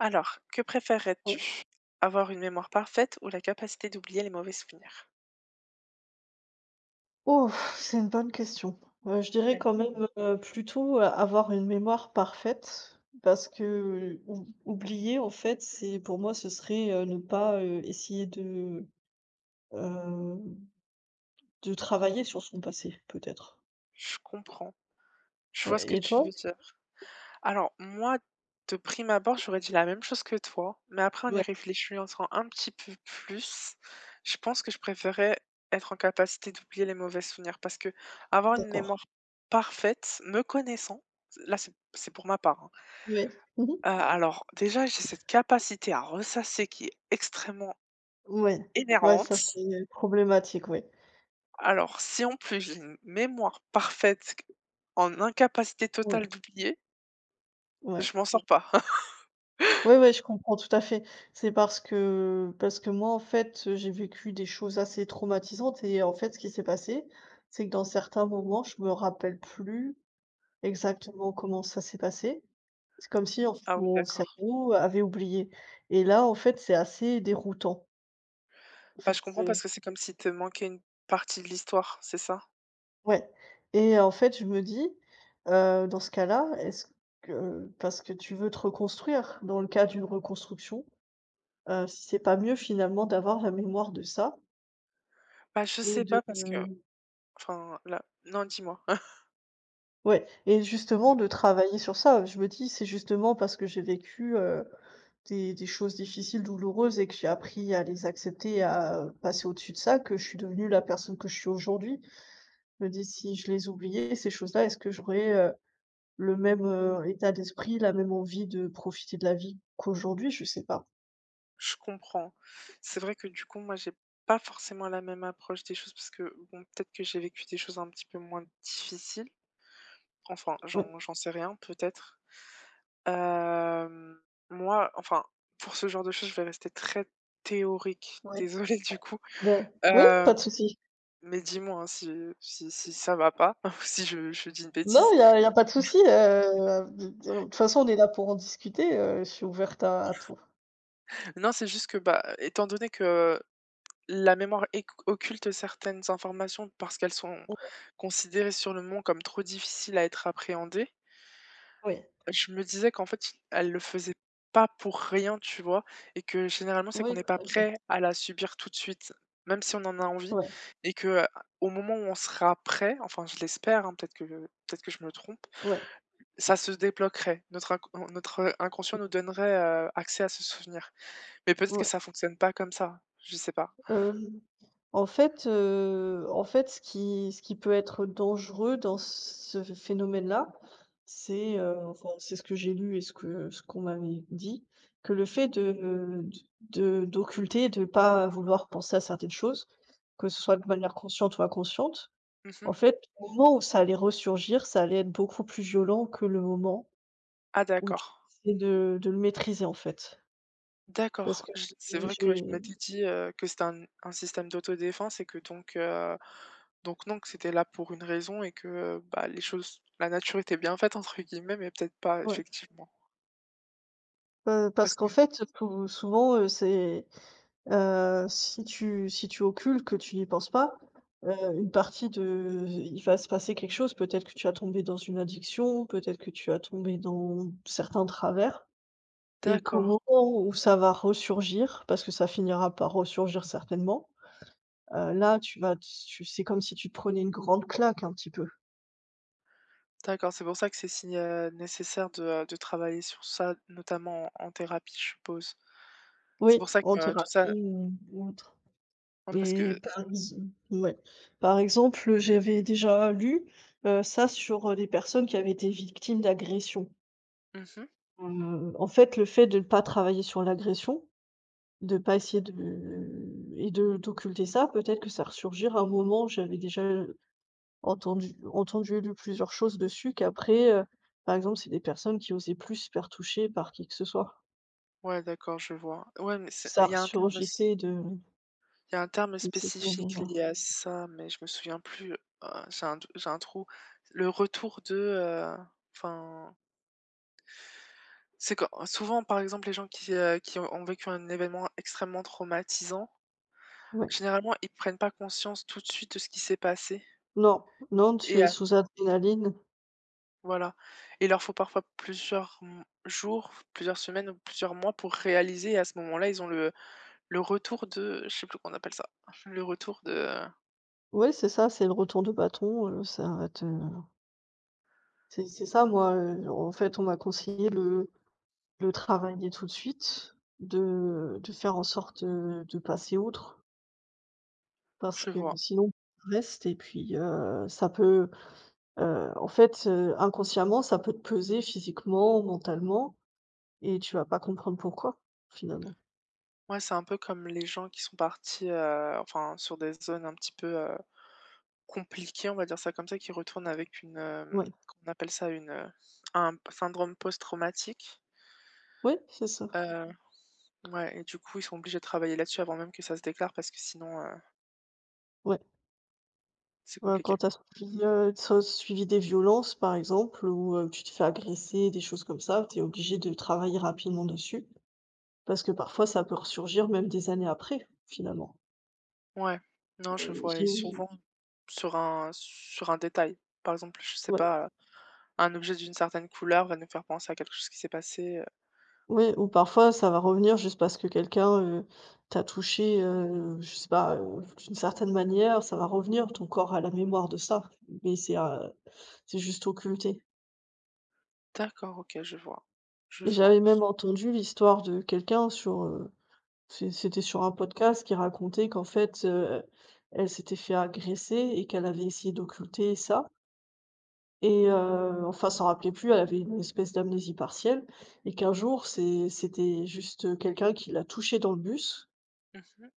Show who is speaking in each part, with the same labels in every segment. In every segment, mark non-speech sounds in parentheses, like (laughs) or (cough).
Speaker 1: Alors, que
Speaker 2: Oui.
Speaker 1: préférerais-tu? Avoir une mémoire parfaite ou la capacité d'oublier les mauvais souvenirs?
Speaker 2: Ouf, c'est une bonne question. Je dirais
Speaker 1: Ouais.
Speaker 2: quand même, plutôt, avoir une mémoire parfaite parce que ou oublier en fait, c'est pour moi ce serait, ne pas, essayer heu, de travailler sur son passé peut-être.
Speaker 1: Je comprends. Je vois ce
Speaker 2: Ouais
Speaker 1: que
Speaker 2: et
Speaker 1: tu
Speaker 2: toi?
Speaker 1: veux dire. Alors, moi, de prime abord, j'aurais dit la même chose que toi, mais après, en y
Speaker 2: Ouais.
Speaker 1: réfléchissant un petit peu plus, je pense que je préférais être en capacité d'oublier les mauvais souvenirs parce que avoir une
Speaker 2: D'accord.
Speaker 1: mémoire parfaite, me connaissant, là, c'est pour ma part, hein.
Speaker 2: Ouais. Mmh.
Speaker 1: Déjà, j'ai cette capacité à ressasser qui est extrêmement
Speaker 2: Ouais. Ouais, ça
Speaker 1: énervante.
Speaker 2: c'est problématique, ouais.
Speaker 1: Alors, si en plus j'ai une mémoire parfaite q en incapacité totale
Speaker 2: Ouais,
Speaker 1: d'oublier,
Speaker 2: ouais.
Speaker 1: je m'en Mmh. sors pas. (laughs)
Speaker 2: Ouais, ouais, je comprends tout à fait. C'est parce que moi, en fait, j'ai vécu des choses assez traumatisantes et en fait, ce qui s'est passé, c'est que dans certains moments, je me rappelle plus exactement comment ça s'est passé. C'est comme si, en fait,
Speaker 1: Ah oui,
Speaker 2: mon
Speaker 1: d'accord.
Speaker 2: cerveau avait oublié et là, en fait, c'est assez déroutant. En fait,
Speaker 1: Bah, je comprends parce que c'est comme si te manquait une partie de l'histoire, c'est ça?
Speaker 2: ouais et en fait, je me dis, dans ce cas-là, est-ce que parce que tu veux te reconstruire dans le cas d'une reconstruction, si c'est pas mieux finalement d'avoir la mémoire de ça.
Speaker 1: Bah, je
Speaker 2: Et
Speaker 1: sais
Speaker 2: de
Speaker 1: pas parce que enfin là non, dis-moi. (laughs)
Speaker 2: ouais et justement de travailler sur ça, je me dis: «C'est justement parce que j'ai vécu, des choses difficiles, douloureuses et que j'ai appris à les accepter, à passer au-dessus de ça, que je suis devenue la personne que je suis aujourd'hui». Je me dis: «Si je les oubliais ces choses-là, est-ce que j'aurais, le même, état d'esprit, la même envie de profiter de la vie qu'aujourd'hui?» Je sais pas.
Speaker 1: Je comprends. C'est vrai que du coup, moi, j'ai pas forcément la même approche des choses parce que bon, peut-être que j'ai vécu des choses un petit peu moins difficiles. Enfin,
Speaker 2: Ouais.
Speaker 1: j'en sais rien, peut-être. Hem, moi, enfin, pour ce genre de choses, je vais rester très théorique. (laughs)
Speaker 2: Ouais.
Speaker 1: Désolée du coup.
Speaker 2: Ben oui, pas
Speaker 1: Heu,
Speaker 2: de souci.
Speaker 1: mais dis-moi, hein, si si ça va pas (laughs) ou si je dis une
Speaker 2: Non,
Speaker 1: bêtise.
Speaker 2: il y a pas de souci, de toute façon, on est là pour en discuter, je suis ouverte à tout.
Speaker 1: Non, c'est juste que, bah, étant donné que la mémoire éc occulte certaines informations parce qu'elles sont considérées sur le moment comme trop difficiles à être appréhendées.
Speaker 2: Oui,
Speaker 1: Je me disais qu'en fait, elle le faisait pas pour rien, tu vois? Et que généralement, c'est qu'on
Speaker 2: oui,
Speaker 1: n'est pas
Speaker 2: tout à fait.
Speaker 1: prêt à la subir tout de suite, même si on en a envie.
Speaker 2: Ouais,
Speaker 1: Et que, au moment où on sera prêt, enfin je l'espère, hein, peut-être que je me trompe,
Speaker 2: ouais,
Speaker 1: ça se débloquerait. Notre inc notre, inconscient nous donnerait, accès à ce souvenir. Mais peut-être que
Speaker 2: ouais.
Speaker 1: ça fonctionne pas comme ça, je sais pas.
Speaker 2: Hem, en fait, ce qui peut être dangereux dans ce phénomène-là, c'est, enfin, c'est ce que j'ai lu et ce que ce qu'on m'avait dit, que le fait de d'occulter, de pas vouloir penser à certaines choses, que ce soit de manière consciente ou inconsciente,
Speaker 1: Mmh.
Speaker 2: en fait, au moment où ça allait ressurgir, ça allait être beaucoup plus violent que le moment
Speaker 1: Ah
Speaker 2: où tu
Speaker 1: d'accord.
Speaker 2: essaies de le maîtriser, en fait. Parce
Speaker 1: D'accord.
Speaker 2: que,
Speaker 1: Je C'est vrai que je
Speaker 2: j'ai
Speaker 1: m'étais dit, que c'était un système d'autodéfense et que donc non, que c'était là pour une raison et que, bah, les choses la nature était bien faite entre guillemets, mais peut-être pas
Speaker 2: ouais.
Speaker 1: effectivement.
Speaker 2: Parce
Speaker 1: Parce que
Speaker 2: qu'en fait, pou souvent, c'est, si tu occultes, que tu n'y penses pas, heu, une partie de il va se passer quelque chose, peut-être que tu vas tomber dans une addiction, peut-être que tu vas tomber dans certains travers et qu'au moment
Speaker 1: d'accord,
Speaker 2: où ça va ressurgir, parce que ça finira par ressurgir certainement, là, tu vas tu c'est comme si tu te prenais une grande claque un petit peu.
Speaker 1: d'accord, c'est pour ça que c'est si, nécessaire de travailler sur ça, notamment en thérapie, je suppose. C'est
Speaker 2: Oui,
Speaker 1: pour ça que,
Speaker 2: en
Speaker 1: tout
Speaker 2: thérapie
Speaker 1: ça
Speaker 2: ou autre.
Speaker 1: ouais parce
Speaker 2: Mais
Speaker 1: que
Speaker 2: par ex Ouais. Par exemple, j'avais déjà lu, ça sur, des personnes qui avaient été victimes d'agressions.
Speaker 1: mmh.
Speaker 2: En fait, le fait de ne pas travailler sur l'agression, de pas essayer de et de d'occulter ça, peut-être que ça ressurgira un moment. J'avais déjà entendu et lu plusieurs choses dessus qu'après, par exemple, c'est des personnes qui osaient plus se faire toucher par qui que ce soit.
Speaker 1: Ouais d'accord, je vois. Ouais mais c'est
Speaker 2: Ça
Speaker 1: il y a un terme aussi.
Speaker 2: ressurgissait
Speaker 1: Il y a un terme
Speaker 2: de cette
Speaker 1: spécifique
Speaker 2: manière-là.
Speaker 1: lié à ça, mais je me souviens plus, j'ai un trou. Le retour de, enfin, c'est quand souvent, par exemple, les gens qui ont vécu un événement extrêmement traumatisant,
Speaker 2: Ouais.
Speaker 1: généralement, ils prennent pas conscience tout de suite de ce qui s'est passé
Speaker 2: Non, non, tu
Speaker 1: et
Speaker 2: es sous adrénaline.
Speaker 1: voilà, il leur faut parfois plusieurs m jours, plusieurs semaines ou plusieurs mois pour réaliser et à ce moment-là, ils ont le retour de je sais plus comment on appelle ça, le retour de
Speaker 2: Ouais, c'est ça, c'est le retour de bâton, ça va te c'est ça moi, en fait, on m'a conseillé de travailler tout de suite, de faire en sorte, de passer outre parce
Speaker 1: je
Speaker 2: que
Speaker 1: vois.
Speaker 2: sinon tu restes et puis, ça peut, en fait, inconsciemment, ça peut te peser physiquement, mentalement et tu vas pas comprendre pourquoi, finalement.
Speaker 1: Ouais, c'est un peu comme les gens qui sont partis, enfin, sur des zones un petit peu, compliquées, on va dire ça comme ça, qui retournent avec une,
Speaker 2: Ouais,
Speaker 1: hem, qu'on appelle ça une, un syndrome post-traumatique.
Speaker 2: ouais, c'est ça,
Speaker 1: Heu, ouais et du coup, ils sont obligés de travailler là-dessus avant même que ça se déclare parce que sinon,
Speaker 2: ouais.
Speaker 1: c'est compliqué.
Speaker 2: Quand tu as suivi, suivi des violences, par exemple, ou, tu te fais agresser, des choses comme ça, tu es obligé de travailler rapidement dessus parce que parfois ça peut ressurgir même des années après, finalement.
Speaker 1: Ouais, non, je
Speaker 2: Oui.
Speaker 1: vois
Speaker 2: J'ai
Speaker 1: et souvent sur un détail. Par exemple, je sais
Speaker 2: Ouais,
Speaker 1: pas, un objet d'une certaine couleur va nous faire penser à quelque chose qui s'est passé.
Speaker 2: ouais ou parfois ça va revenir juste parce que quelqu'un, t'a touché, je sais pas, d'une certaine manière, ça va revenir, ton corps a la mémoire de ça, mais c'est juste occulté.
Speaker 1: D'accord, OK, je vois, je
Speaker 2: Et
Speaker 1: vois.
Speaker 2: j'avais même entendu l'histoire de quelqu'un sur, c'était sur un podcast qui racontait qu'en fait, elle s'était fait agresser et qu'elle avait essayé d'occulter ça et enfin, s'en rappelait plus, elle avait une espèce d'amnésie partielle et qu'un jour, c'était juste, quelqu'un qui l'a touchée dans le bus
Speaker 1: Mmh.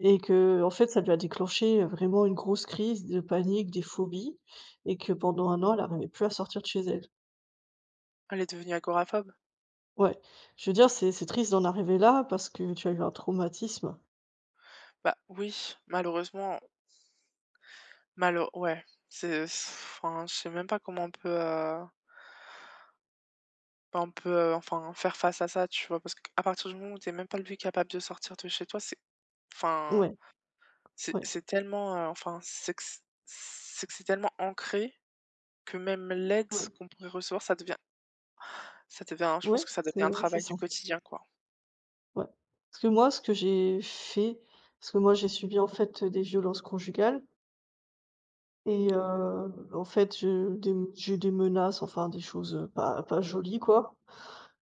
Speaker 2: et que, en fait, ça lui a déclenché vraiment une grosse crise de panique, des phobies, et que pendant un an, elle n'arrivait plus à sortir de chez elle.
Speaker 1: Elle est devenue agoraphobe?
Speaker 2: Ouais. Je veux dire, c'est triste d'en arriver là parce que tu as eu un traumatisme.
Speaker 1: Bah, oui, malheureusement, malo ouais, c'est c'est- enfin, je sais même pas comment on peut, bah, on peut, enfin, faire face à ça, tu vois? Parce qu'à partir du moment où t'es même pas lui capable de sortir de chez toi, c'est enfin,
Speaker 2: Ouais, ouais,
Speaker 1: c'est tellement, enfin, c'est que c c'est que c'est tellement ancré que même l'aide
Speaker 2: ouais,
Speaker 1: qu'on pourrait recevoir, ça devient je
Speaker 2: ouais,
Speaker 1: pense que ça devient
Speaker 2: c'est
Speaker 1: un
Speaker 2: c'est
Speaker 1: travail
Speaker 2: ça.
Speaker 1: du quotidien, quoi.
Speaker 2: Ouais. Parce que moi, ce que j'ai fait, parce que moi, j'ai subi, en fait, des violences conjugales et en fait, je des j'ai eu des menaces, enfin des choses, pas jolies, quoi,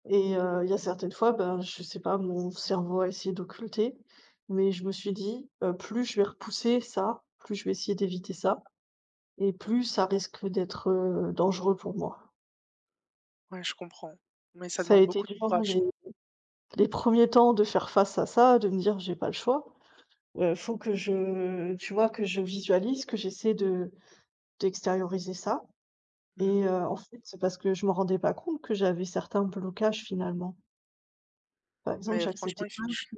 Speaker 2: et il y a certaines fois, ben, je sais pas, mon cerveau a essayé d'occulter, mais je me suis dit, «Plus je vais repousser ça, plus je vais essayer d'éviter ça et plus ça risque d'être, dangereux pour moi».
Speaker 1: Ouais, je comprends, mais ça
Speaker 2: Ça a
Speaker 1: demande
Speaker 2: été
Speaker 1: beaucoup de
Speaker 2: dur
Speaker 1: courage,
Speaker 2: les
Speaker 1: hein.
Speaker 2: les premiers temps de faire face à ça, de me dire: «J'ai pas le choix». Faut que je, tu vois, que je visualise, que j'essaie de d'extérioriser ça,
Speaker 1: Mmh,
Speaker 2: et en fait, c'est parce que je me rendais pas compte que j'avais certains blocages finalement. Par exemple,
Speaker 1: mais franchement,
Speaker 2: j'acceptais
Speaker 1: il
Speaker 2: pas
Speaker 1: faut je
Speaker 2: que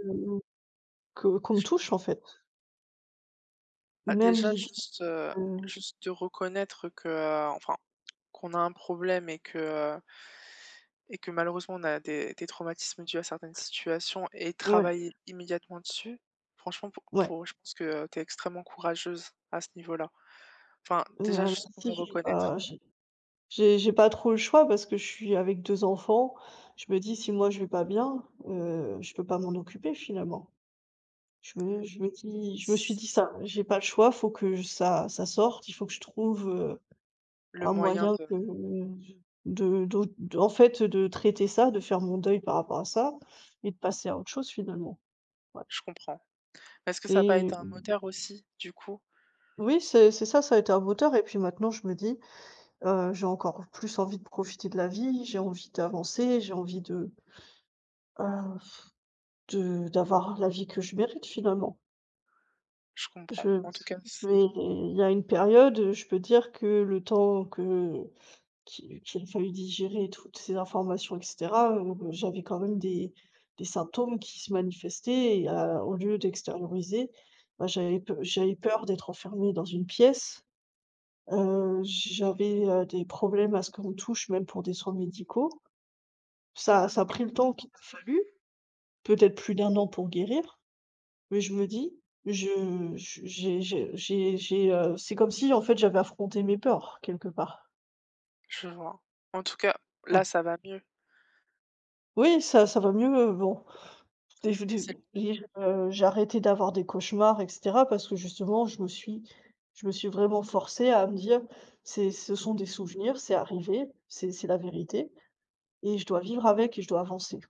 Speaker 2: que qu'on me
Speaker 1: je pense
Speaker 2: touche en fait.
Speaker 1: Bah,
Speaker 2: Même
Speaker 1: déjà
Speaker 2: l'idée
Speaker 1: juste,
Speaker 2: de
Speaker 1: juste de reconnaître que, enfin, qu'on a un problème heu et que malheureusement on a des traumatismes dus à certaines situations et
Speaker 2: ouais,
Speaker 1: travailler immédiatement dessus. Franchement pour
Speaker 2: ouais,
Speaker 1: pour je pense que, tu es extrêmement courageuse à ce niveau-là. Enfin, déjà juste pour
Speaker 2: si
Speaker 1: le
Speaker 2: j'ai
Speaker 1: reconnaître,
Speaker 2: pas j'ai pas trop le choix parce que je suis avec 2 enfants. Je me dis: «Si moi je vais pas bien, je peux pas m'en occuper finalement».
Speaker 1: c
Speaker 2: Je me suis dit
Speaker 1: c
Speaker 2: ça: «J'ai pas le choix, faut que ça sorte, il faut que je trouve,
Speaker 1: le
Speaker 2: un
Speaker 1: moyen
Speaker 2: moyen
Speaker 1: de
Speaker 2: que de d'aut d en fait, de traiter ça, de faire mon deuil par rapport à ça et de passer à autre chose finalement». Ouais
Speaker 1: je comprends. Mais est-ce que ça a pas été
Speaker 2: et
Speaker 1: un moteur aussi du coup?
Speaker 2: oui, c'est ça, ça a été un moteur et puis maintenant je me dis, j'ai encore plus envie de profiter de la vie, j'ai envie d'avancer, j'ai envie de, heu, d'avoir la vie que je mérite finalement.
Speaker 1: Je
Speaker 2: Je
Speaker 1: comprends. En tout cas, c
Speaker 2: Mais il y a une période, je peux dire que le temps que qu'il a fallu digérer toutes ces informations et cetera, j'avais quand même des symptômes qui se manifestaient et au lieu d'extérioriser, bah, j'avais peur d'être enfermée dans une pièce, j'avais, des problèmes à ce qu'on me touche même pour des soins médicaux. Ça a pris le temps qu'il a fallu, peut-être plus d'un an pour guérir, mais je me dis, je c'est comme si en fait j'avais affronté mes peurs quelque part.
Speaker 1: je vois. En tout cas,
Speaker 2: Ouais.
Speaker 1: là ça va mieux.
Speaker 2: Oui, ça va mieux, bon. Des je des J'ai, j'ai arrêté d'avoir des cauchemars et cetera parce que justement je me suis vraiment forcée à me dire: «C'est Ce sont des souvenirs, c'est arrivé, c'est la vérité et je dois vivre avec et je dois avancer».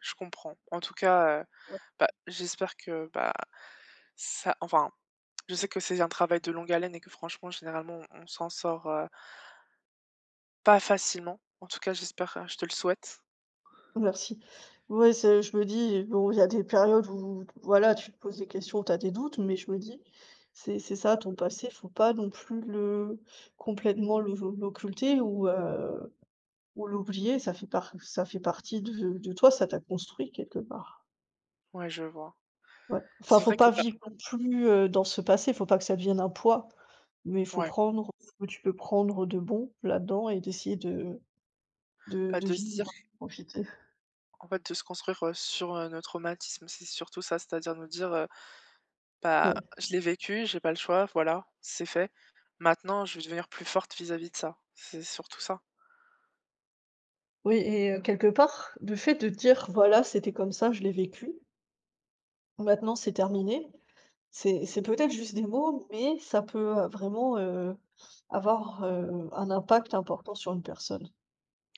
Speaker 1: Je comprends. En tout cas,
Speaker 2: Ouais,
Speaker 1: bah, j'espère que, bah, ça enfin, je sais que c'est un travail de longue haleine et que franchement, généralement, on s'en sort, pas facilement. En tout cas, j'espère, je te le souhaite.
Speaker 2: merci. Ouais, c'est je me dis bon, il y a des périodes où voilà, tu te poses des questions, tu as des doutes, mais je me dis: «C'est ça ton passé, faut pas non plus le complètement l'occulter ou l'oublier, ça fait partie de toi, ça t'a construit quelque part».
Speaker 1: Ouais, je vois.
Speaker 2: Ouais. Enfin,
Speaker 1: C'est
Speaker 2: faut
Speaker 1: vrai que
Speaker 2: pas
Speaker 1: bah
Speaker 2: vivre non plus, dans ce passé, faut pas que ça devienne un poids, mais il faut
Speaker 1: ouais,
Speaker 2: prendre ce que tu peux prendre de bon là-dedans et d'essayer de de
Speaker 1: bah,
Speaker 2: de
Speaker 1: de se dire
Speaker 2: vivre, profiter.
Speaker 1: en fait, de se construire, sur, nos traumatismes, c'est surtout ça, c'est-à-dire nous dire, «Bah,
Speaker 2: Ouais.
Speaker 1: je l'ai vécu, j'ai pas le choix, voilà, c'est fait. Maintenant, je vais devenir plus forte vis-à-vis de ça». C'est surtout ça.
Speaker 2: Oui et quelque part, le fait de dire: «Voilà, c'était comme ça, je l'ai vécu, maintenant c'est terminé», c'est peut-être juste des mots, mais ça peut, vraiment, avoir, un impact important sur une personne.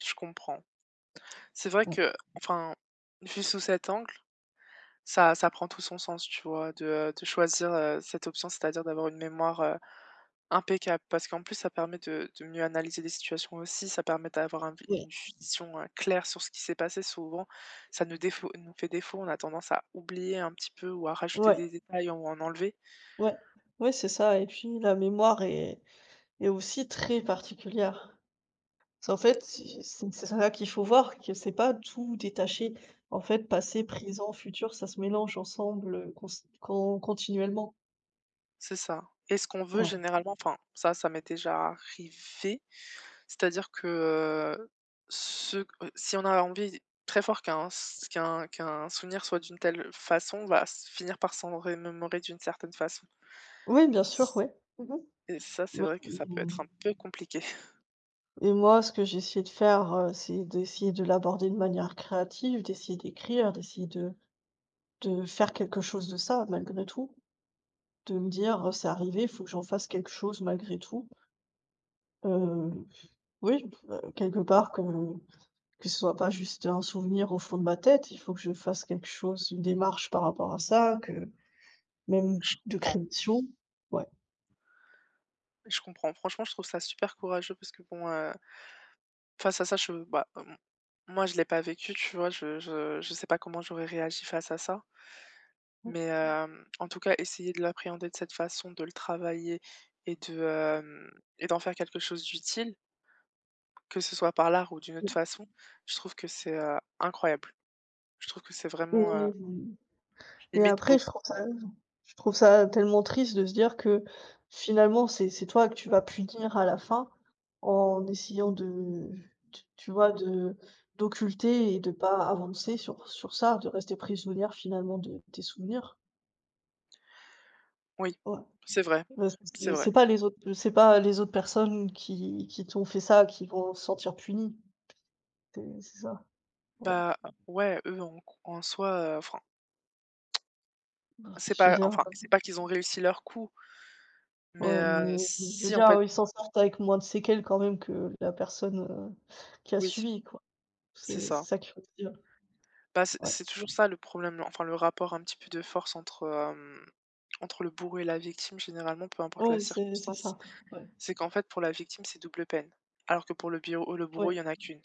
Speaker 1: Je comprends. C'est vrai
Speaker 2: Mmh.
Speaker 1: que enfin, vu sous cet angle, ça prend tout son sens, tu vois? De choisir, cette option, c'est-à-dire d'avoir une mémoire, impeccable. Parce qu'en plus, ça permet de mieux analyser les situations aussi, ça permet d'avoir un
Speaker 2: Oui.
Speaker 1: une vision, claire sur ce qui s'est passé. Souvent, ça nous défaut nous fait défaut, on a tendance à oublier un petit peu ou à rajouter
Speaker 2: Ouais,
Speaker 1: des détails ou à en enlever.
Speaker 2: ouais, ouais, c'est ça et puis la mémoire est aussi très particulière. C'est en fait, c'est ça qu'il faut voir, que c'est pas tout détaché. En fait, passé, présent, futur, ça se mélange ensemble, cons con continuellement.
Speaker 1: C'est ça et ce qu'on veut
Speaker 2: Ouais.
Speaker 1: généralement enfin, ça m'est déjà arrivé. C'est-à-dire que, ce q si on a envie très fort qu'un souvenir soit d'une telle façon, on va s finir par s'en remémorer d'une certaine façon
Speaker 2: Oui, bien sûr,
Speaker 1: S-
Speaker 2: oui. Mmh.
Speaker 1: et ça, c'est
Speaker 2: Ouais,
Speaker 1: vrai que ça peut
Speaker 2: mmh,
Speaker 1: être un peu compliqué. (laughs)
Speaker 2: et moi, ce que j'ai essayé de faire, c'est d'essayer de l'aborder de manière créative, d'essayer d'écrire, d'essayer de faire quelque chose de ça malgré tout. De me dire: «C'est arrivé, il faut que j'en fasse quelque chose malgré tout». Heu, oui, quelque part que ce soit pas juste un souvenir au fond de ma tête, il faut que je fasse quelque chose, une démarche par rapport à ça, que même
Speaker 1: Je
Speaker 2: de
Speaker 1: comprends,
Speaker 2: création. Ouais.
Speaker 1: je comprends. Franchement, je trouve ça super courageux parce que bon, face à ça, je bah, m moi, je l'ai pas vécu, tu vois? Je sais pas comment j'aurais réagi face à ça. Mais hem, en tout cas, essayer de l'appréhender de cette façon, de le travailler et de, hem et d'en faire quelque chose d'utile, que ce soit par l'art ou d'une
Speaker 2: Et
Speaker 1: autre façon, je trouve que c'est, incroyable. Je trouve que c'est vraiment,
Speaker 2: mmh et
Speaker 1: limite
Speaker 2: après
Speaker 1: beau.
Speaker 2: je trouve ça tellement triste de se dire que finalement c'est toi que tu vas punir à la fin en essayant de, tu vois, de d'occulter et de pas avancer sur ça, de rester prisonnière finalement de tes souvenirs.
Speaker 1: Oui,
Speaker 2: Ouais.
Speaker 1: c'est vrai,
Speaker 2: Parce que
Speaker 1: c'est
Speaker 2: c'est
Speaker 1: vrai.
Speaker 2: c'est pas les autres, c'est pas les autres personnes qui t'ont fait ça qui vont se sentir punies. C'est ça, ouais.
Speaker 1: Bah, ouais, eux, en soi,
Speaker 2: Je veux dire,
Speaker 1: enfin, c'est pas qu'ils ont réussi leur coup, mais
Speaker 2: ouais, mais je veux
Speaker 1: si, en
Speaker 2: dire,
Speaker 1: fait
Speaker 2: ils s'en sortent avec moins de séquelles quand même que la personne, qui a
Speaker 1: oui,
Speaker 2: subi, quoi.
Speaker 1: c'est
Speaker 2: C'est
Speaker 1: ça.
Speaker 2: ça qu'il faut dire.
Speaker 1: Bah, c'est
Speaker 2: Ouais.
Speaker 1: c'est toujours ça le problème, enfin le rapport un petit peu de force entre, hem, entre le bourreau et la victime généralement, peu importe la
Speaker 2: Ouais, c'est
Speaker 1: circonstance.
Speaker 2: ça. Ouais,
Speaker 1: C'est qu'en fait pour la victime, c'est double peine, alors que pour le bureau, le bourreau,
Speaker 2: ouais,
Speaker 1: il y en a qu'une.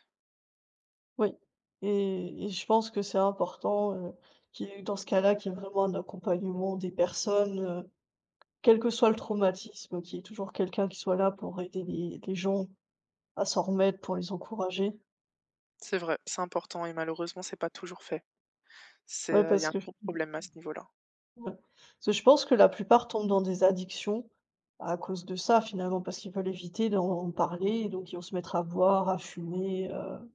Speaker 2: ouais et je pense que c'est important, qu'il y ait dans ce cas-là, qu'il y ait vraiment un accompagnement des personnes, quel que soit le traumatisme, qu'il y ait toujours quelqu'un qui soit là pour aider les gens à s'en remettre, pour les encourager.
Speaker 1: C'est vrai, c'est important et malheureusement, c'est pas toujours fait. C'est,
Speaker 2: Ouais,
Speaker 1: il y
Speaker 2: parce
Speaker 1: a un
Speaker 2: que
Speaker 1: gros problème à ce niveau-là.
Speaker 2: ouais. Parce que je pense que la plupart tombent dans des addictions à cause de ça, finalement, parce qu'ils veulent éviter d'en parler et donc ils vont se mettre à boire, à fumer,